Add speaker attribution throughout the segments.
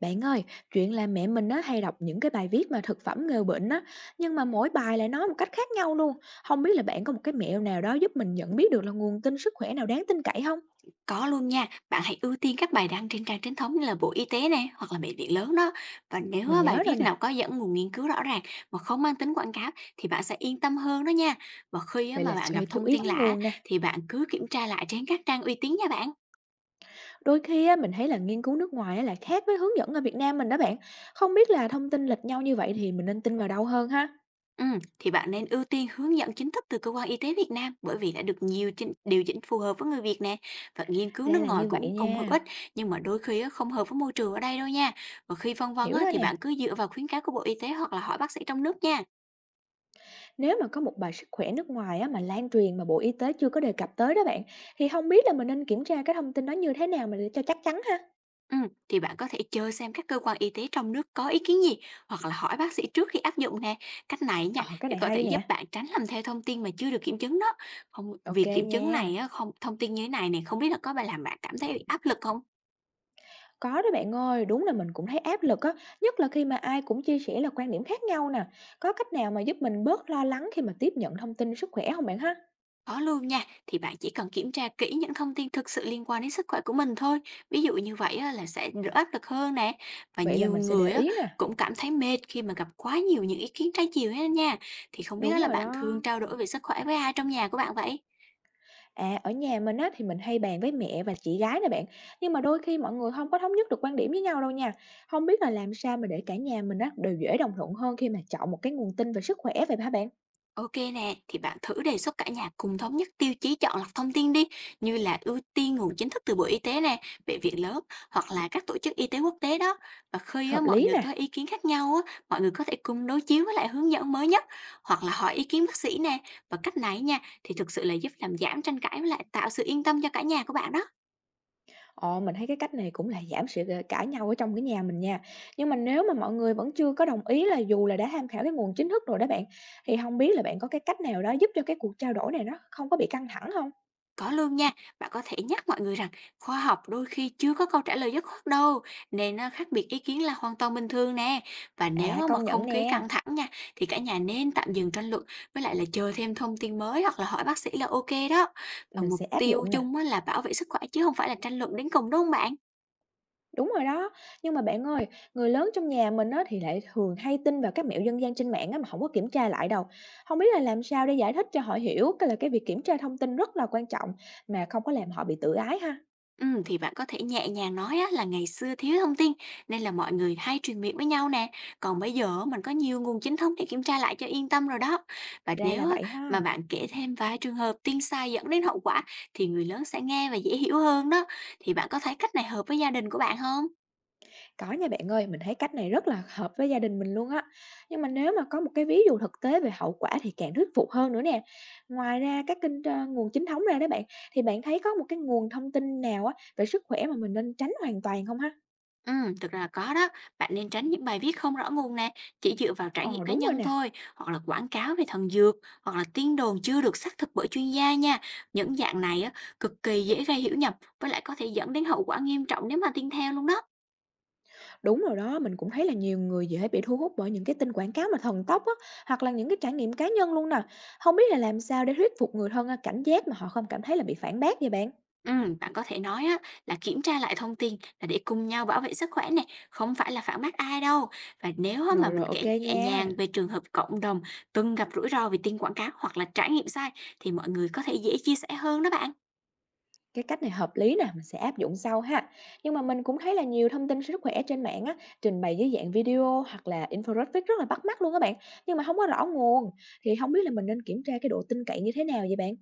Speaker 1: Bạn ơi, chuyện là mẹ mình á hay đọc những cái bài viết mà thực phẩm ngừa bệnh á, nhưng mà mỗi bài lại nói một cách khác nhau luôn. Không biết là bạn có một cái mẹo nào đó giúp mình nhận biết được là nguồn tin sức khỏe nào đáng tin cậy không?
Speaker 2: Có luôn nha, bạn hãy ưu tiên các bài đăng trên trang chính thống như là Bộ Y tế này hoặc là bệnh viện lớn đó. Và nếu
Speaker 1: Mình
Speaker 2: á, bài
Speaker 1: nhớ rồi
Speaker 2: viết nào
Speaker 1: nè.
Speaker 2: có dẫn nguồn nghiên cứu rõ ràng mà không mang tính quảng cáo thì bạn sẽ yên tâm hơn đó nha. Và khi á,
Speaker 1: Vậy
Speaker 2: mà
Speaker 1: là
Speaker 2: bạn gặp
Speaker 1: phải chú
Speaker 2: thông
Speaker 1: ý
Speaker 2: tin
Speaker 1: đến
Speaker 2: lạ
Speaker 1: nguồn nè.
Speaker 2: thì bạn cứ kiểm tra lại trên các trang uy tín nha bạn.
Speaker 1: Đôi khi á, mình thấy là nghiên cứu nước ngoài á, lại khác với hướng dẫn ở Việt Nam mình đó bạn. Không biết là thông tin lệch nhau như vậy thì mình nên tin vào đâu hơn ha?
Speaker 2: Ừ, thì bạn nên ưu tiên hướng dẫn chính thức từ cơ quan y tế Việt Nam, bởi vì đã được nhiều điều chỉnh phù hợp với người Việt nè, và nghiên cứu
Speaker 1: Ra
Speaker 2: nước
Speaker 1: là
Speaker 2: ngoài
Speaker 1: như vậy
Speaker 2: cũng cùng hữu ích,
Speaker 1: nha.
Speaker 2: nhưng mà đôi khi á, không hợp với môi trường ở đây đâu nha. Và khi phân vân
Speaker 1: Hiểu
Speaker 2: á,
Speaker 1: rồi
Speaker 2: thì
Speaker 1: nè.
Speaker 2: bạn cứ dựa vào khuyến cáo của Bộ Y tế hoặc là hỏi bác sĩ trong nước nha.
Speaker 1: Nếu mà có một bài sức khỏe nước ngoài á, mà lan truyền mà Bộ Y tế chưa có đề cập tới đó bạn, thì không biết là mình nên kiểm tra cái thông tin đó như thế nào mà để cho chắc chắn ha?
Speaker 2: Ừm, thì bạn có thể chơi xem các cơ quan y tế trong nước có ý kiến gì, hoặc là hỏi bác sĩ trước khi áp dụng nè. Cách này nha
Speaker 1: Ờ, cái
Speaker 2: thì
Speaker 1: này
Speaker 2: có thể
Speaker 1: hay
Speaker 2: giúp
Speaker 1: nè,
Speaker 2: bạn tránh làm theo thông tin mà chưa được kiểm chứng đó. Không,
Speaker 1: ok
Speaker 2: việc kiểm chứng
Speaker 1: nha.
Speaker 2: này á, không thông tin như thế này này không biết là có bạn làm bạn cảm thấy bị áp lực không?
Speaker 1: Có đó bạn ơi, đúng là mình cũng thấy áp lực á, nhất là khi mà ai cũng chia sẻ là quan điểm khác nhau nè. Có cách nào mà giúp mình bớt lo lắng khi mà tiếp nhận thông tin sức khỏe không bạn ha?
Speaker 2: Có luôn nha, thì bạn chỉ cần kiểm tra kỹ những thông tin thực sự liên quan đến sức khỏe của mình thôi. Ví dụ như vậy á, là sẽ đỡ áp lực hơn nè. Và
Speaker 1: Vậy là
Speaker 2: nhiều
Speaker 1: mình sẽ để
Speaker 2: người á,
Speaker 1: ý nè.
Speaker 2: cũng cảm thấy mệt khi mà gặp quá nhiều những ý kiến trái chiều hết nha. Thì không
Speaker 1: Đúng
Speaker 2: biết là
Speaker 1: rồi
Speaker 2: bạn
Speaker 1: đó.
Speaker 2: thường trao đổi về sức khỏe với ai trong nhà của bạn vậy?
Speaker 1: À, ở nhà mình á thì mình hay bàn với mẹ và chị gái nè bạn, nhưng mà đôi khi mọi người không có thống nhất được quan điểm với nhau đâu nha. Không biết là làm sao mà để cả nhà mình á đều dễ đồng thuận hơn khi mà chọn một cái nguồn tin về sức khỏe vậy hả bạn?
Speaker 2: OK nè, thì bạn thử đề xuất cả nhà cùng thống nhất tiêu chí chọn lọc thông tin đi, như là ưu tiên nguồn chính thức từ Bộ Y tế nè, bệnh viện lớn, hoặc là các tổ chức y tế quốc tế đó. Và khi á,
Speaker 1: Hợp
Speaker 2: mọi
Speaker 1: lý
Speaker 2: người có
Speaker 1: nè.
Speaker 2: ý kiến khác nhau á, mọi người có thể cùng đối chiếu với lại hướng dẫn mới nhất, hoặc là hỏi ý kiến bác sĩ nè. Và cách này nha thì thực sự là giúp làm giảm tranh cãi, với lại tạo sự yên tâm cho cả nhà của bạn đó.
Speaker 1: Ồ, mình thấy cái cách này cũng là giảm sự, cãi nhau ở trong cái nhà mình nha. Nhưng mà nếu mà mọi người vẫn chưa có đồng ý là dù là đã tham khảo cái nguồn chính thức rồi đó bạn, thì không biết là bạn có cái cách nào đó giúp cho cái cuộc trao đổi này nó không có bị căng thẳng không?
Speaker 2: Có luôn nha, bạn có thể nhắc mọi người rằng khoa học đôi khi chưa có câu trả lời dứt khoát đâu, nên khác biệt ý kiến là hoàn toàn bình thường nè. Và nếu
Speaker 1: À,
Speaker 2: mà
Speaker 1: công nhận
Speaker 2: không khí
Speaker 1: nè,
Speaker 2: căng thẳng nha, thì cả nhà nên tạm dừng tranh luận, với lại là chờ thêm thông tin mới, hoặc là hỏi bác sĩ là ok đó. Và
Speaker 1: mình
Speaker 2: mục
Speaker 1: sẽ áp
Speaker 2: tiêu
Speaker 1: dụng nè.
Speaker 2: chung á là bảo vệ sức khỏe chứ không phải là tranh luận đến cùng, đúng không bạn?
Speaker 1: Đúng rồi đó, nhưng mà bạn ơi, người lớn trong nhà mình á, thì lại thường hay tin vào các mẹo dân gian trên mạng á, mà không có kiểm tra lại đâu. Không biết là làm sao để giải thích cho họ hiểu cái là cái việc kiểm tra thông tin rất là quan trọng mà không có làm họ bị tự ái ha?
Speaker 2: Thì bạn có thể nhẹ nhàng nói á, là ngày xưa thiếu thông tin nên là mọi người hay truyền miệng với nhau nè. Còn bây giờ mình có nhiều nguồn chính thống để kiểm tra lại cho yên tâm rồi đó. Và
Speaker 1: Ra là
Speaker 2: nếu á,
Speaker 1: vậy
Speaker 2: mà
Speaker 1: ha.
Speaker 2: bạn kể thêm vài trường hợp tin sai dẫn đến hậu quả, thì người lớn sẽ nghe và dễ hiểu hơn đó. Thì bạn có thấy cách này hợp với gia đình của bạn không?
Speaker 1: Có nha bạn ơi, mình thấy cách này rất là hợp với gia đình mình luôn á. Nhưng mà nếu mà có một cái ví dụ thực tế về hậu quả thì càng thuyết phục hơn nữa nè. Ngoài ra các kênh tra nguồn chính thống ra đó bạn, thì bạn thấy có một cái nguồn thông tin nào á, về sức khỏe mà mình nên tránh hoàn toàn không ha?
Speaker 2: Thực ra là có đó. Bạn nên tránh những bài viết không rõ nguồn nè, chỉ dựa vào trải
Speaker 1: Ờ,
Speaker 2: nghiệm cá
Speaker 1: đúng rồi
Speaker 2: nhân
Speaker 1: nè.
Speaker 2: thôi, hoặc là quảng cáo về thần dược, hoặc là tin đồn chưa được xác thực bởi chuyên gia nha. Những dạng này á, cực kỳ dễ gây hiểu nhầm, với lại có thể dẫn đến hậu quả nghiêm trọng nếu mà tin theo luôn đó.
Speaker 1: Đúng rồi đó, mình cũng thấy là nhiều người dễ bị thu hút bởi những cái tin quảng cáo mà thần tốc á, hoặc là những cái trải nghiệm cá nhân luôn nè. Không biết là làm sao để thuyết phục người thân cảnh giác mà họ không cảm thấy là bị phản bác vậy bạn?
Speaker 2: Bạn có thể nói á, là kiểm tra lại thông tin là để cùng nhau bảo vệ sức khỏe này, không phải là phản bác ai đâu. Và nếu á mà
Speaker 1: Rồi rồi
Speaker 2: mình
Speaker 1: ok
Speaker 2: kể nhẹ
Speaker 1: nha.
Speaker 2: nhàng về trường hợp cộng đồng từng gặp rủi ro vì tin quảng cáo hoặc là trải nghiệm sai, thì mọi người có thể dễ chia sẻ hơn đó bạn.
Speaker 1: Cái cách này hợp lý nè, mình sẽ áp dụng sau ha. Nhưng mà mình cũng thấy là nhiều thông tin sức khỏe trên mạng á, trình bày dưới dạng video hoặc là infographic rất là bắt mắt luôn các bạn. Nhưng mà không có rõ nguồn thì không biết là mình nên kiểm tra cái độ tin cậy như thế nào vậy bạn?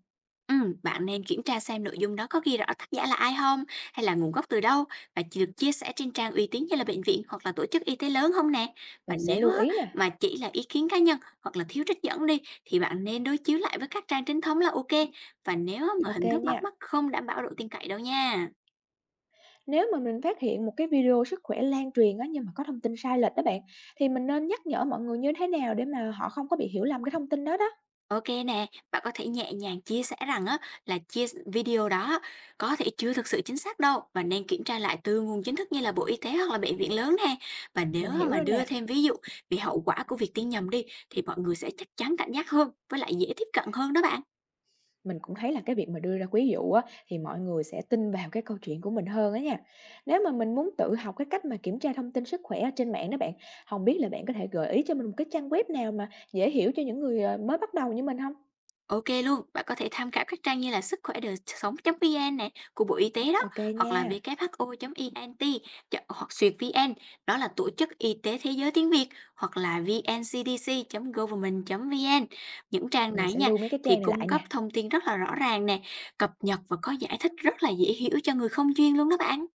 Speaker 2: Bạn nên kiểm tra xem nội dung đó có ghi rõ tác giả là ai không, hay là nguồn gốc từ đâu, và chỉ được chia sẻ trên trang uy tín như là bệnh viện hoặc là tổ chức y tế lớn không nè. Và
Speaker 1: Mình sẽ
Speaker 2: nếu
Speaker 1: lưu
Speaker 2: á,
Speaker 1: ý nè.
Speaker 2: mà chỉ là ý kiến cá nhân hoặc là thiếu trích dẫn đi, thì bạn nên đối chiếu lại với các trang chính thống là ok. Và nếu á, mà
Speaker 1: Ok
Speaker 2: hình thức
Speaker 1: nha.
Speaker 2: bắt mắt không đảm bảo độ tin cậy đâu nha.
Speaker 1: Nếu mà mình phát hiện một cái video sức khỏe lan truyền á, nhưng mà có thông tin sai lệch đó bạn, thì mình nên nhắc nhở mọi người như thế nào để mà họ không có bị hiểu lầm cái thông tin đó đó?
Speaker 2: OK nè, bạn có thể nhẹ nhàng chia sẻ rằng á, là chia video đó á, có thể chưa thực sự chính xác đâu, và nên kiểm tra lại từ nguồn chính thức như là Bộ Y tế hoặc là bệnh viện lớn nè. Và
Speaker 1: Mình
Speaker 2: nếu á
Speaker 1: hiểu
Speaker 2: mà
Speaker 1: rồi
Speaker 2: đưa
Speaker 1: nè.
Speaker 2: thêm ví dụ về hậu quả của việc tin nhầm đi, thì mọi người sẽ chắc chắn cảnh giác hơn, với lại dễ tiếp cận hơn đó bạn.
Speaker 1: Mình cũng thấy là cái việc mà đưa ra ví dụ á, thì mọi người sẽ tin vào cái câu chuyện của mình hơn á nha. Nếu mà mình muốn tự học cái cách mà kiểm tra thông tin sức khỏe ở trên mạng đó bạn, không biết là bạn có thể gợi ý cho mình một cái trang web nào mà dễ hiểu cho những người mới bắt đầu như mình không?
Speaker 2: Ok luôn, bạn có thể tham khảo các trang như là sức khỏe đời sống.vn nè của Bộ Y tế đó,
Speaker 1: Ok
Speaker 2: hoặc là
Speaker 1: nha,
Speaker 2: who.int, hoặc duyệt VN, đó là Tổ chức Y tế Thế giới tiếng Việt, hoặc là vncdc.government.vn. Những trang
Speaker 1: mình
Speaker 2: này
Speaker 1: sẽ
Speaker 2: nha
Speaker 1: lưu mấy cái
Speaker 2: thì
Speaker 1: trang này lại
Speaker 2: cung cấp
Speaker 1: nè.
Speaker 2: thông tin rất là rõ ràng nè, cập nhật và có giải thích rất là dễ hiểu cho người không chuyên luôn đó bạn.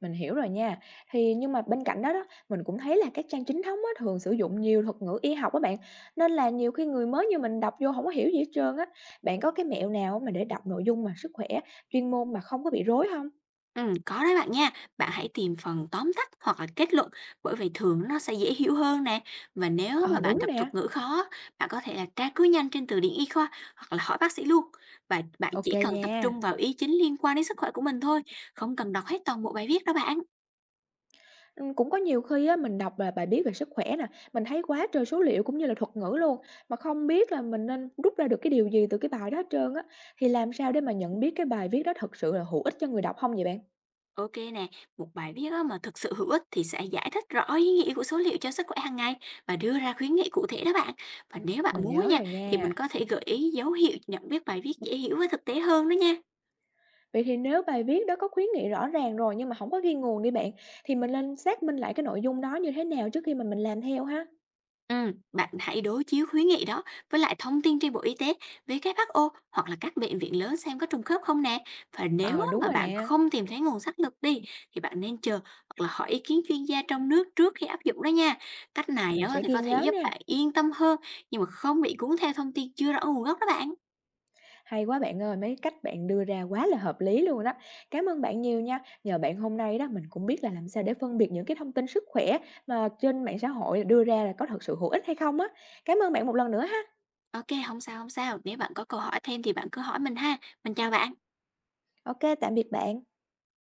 Speaker 1: Mình hiểu rồi nha. Thì nhưng mà bên cạnh đó đó, mình cũng thấy là các trang chính thống á, thường sử dụng nhiều thuật ngữ y học á bạn, nên là nhiều khi người mới như mình đọc vô không có hiểu gì hết trơn á. Bạn có cái mẹo nào mà để đọc nội dung mà sức khỏe, chuyên môn mà không có bị rối không?
Speaker 2: Có đấy bạn nha. Bạn hãy tìm phần tóm tắt hoặc là kết luận, bởi vì thường nó sẽ dễ hiểu hơn nè. Và nếu
Speaker 1: Ờ,
Speaker 2: mà bạn
Speaker 1: đúng
Speaker 2: gặp
Speaker 1: nè,
Speaker 2: thuật ngữ khó, bạn có thể là tra cứu nhanh trên từ điển y khoa hoặc là hỏi bác sĩ luôn. Và bạn
Speaker 1: ok
Speaker 2: chỉ cần tập
Speaker 1: nha.
Speaker 2: trung vào ý chính liên quan đến sức khỏe của mình thôi, không cần đọc hết toàn bộ bài viết đó bạn.
Speaker 1: Cũng có nhiều khi á, mình đọc là bài viết về sức khỏe nè, mình thấy quá trời số liệu cũng như là thuật ngữ luôn, mà không biết là mình nên rút ra được cái điều gì từ cái bài đó hết trơn á. Thì làm sao để mà nhận biết cái bài viết đó thực sự là hữu ích cho người đọc không vậy bạn?
Speaker 2: Ok nè, một bài viết á mà thực sự hữu ích thì sẽ giải thích rõ ý nghĩa của số liệu cho sức khỏe hàng ngày và đưa ra khuyến nghị cụ thể đó bạn. Và nếu bạn
Speaker 1: Mình
Speaker 2: muốn á
Speaker 1: nhớ
Speaker 2: nha,
Speaker 1: rồi
Speaker 2: thì mình
Speaker 1: nha.
Speaker 2: có thể gợi ý dấu hiệu nhận biết bài viết dễ hiểu và thực tế hơn đó nha.
Speaker 1: Vậy thì nếu bài viết đó có khuyến nghị rõ ràng rồi nhưng mà không có ghi nguồn đi bạn, thì mình nên xác minh lại cái nội dung đó như thế nào trước khi mà mình làm theo ha?
Speaker 2: Bạn hãy đối chiếu khuyến nghị đó với lại thông tin trên Bộ Y tế, WHO, hoặc là các bệnh viện lớn, xem có trùng khớp không nè. Và nếu
Speaker 1: Ờ,
Speaker 2: á,
Speaker 1: đúng
Speaker 2: mà
Speaker 1: rồi
Speaker 2: bạn
Speaker 1: nè,
Speaker 2: không tìm thấy nguồn xác thực đi, thì bạn nên chờ hoặc là hỏi ý kiến chuyên gia trong nước trước khi áp dụng đó nha. Cách này
Speaker 1: mình
Speaker 2: á,
Speaker 1: sẽ
Speaker 2: thì
Speaker 1: ghi
Speaker 2: có thể
Speaker 1: nhớ
Speaker 2: giúp
Speaker 1: nè.
Speaker 2: bạn yên tâm hơn, nhưng mà không bị cuốn theo thông tin chưa rõ nguồn gốc đó bạn.
Speaker 1: Hay quá bạn ơi, mấy cách bạn đưa ra quá là hợp lý luôn đó. Cảm ơn bạn nhiều nha. Nhờ bạn hôm nay đó mình cũng biết là làm sao để phân biệt những cái thông tin sức khỏe mà trên mạng xã hội đưa ra là có thật sự hữu ích hay không á. Cảm ơn bạn một lần nữa ha.
Speaker 2: Ok, không sao không sao. Nếu bạn có câu hỏi thêm thì bạn cứ hỏi mình ha. Mình chào bạn.
Speaker 1: Ok tạm biệt bạn.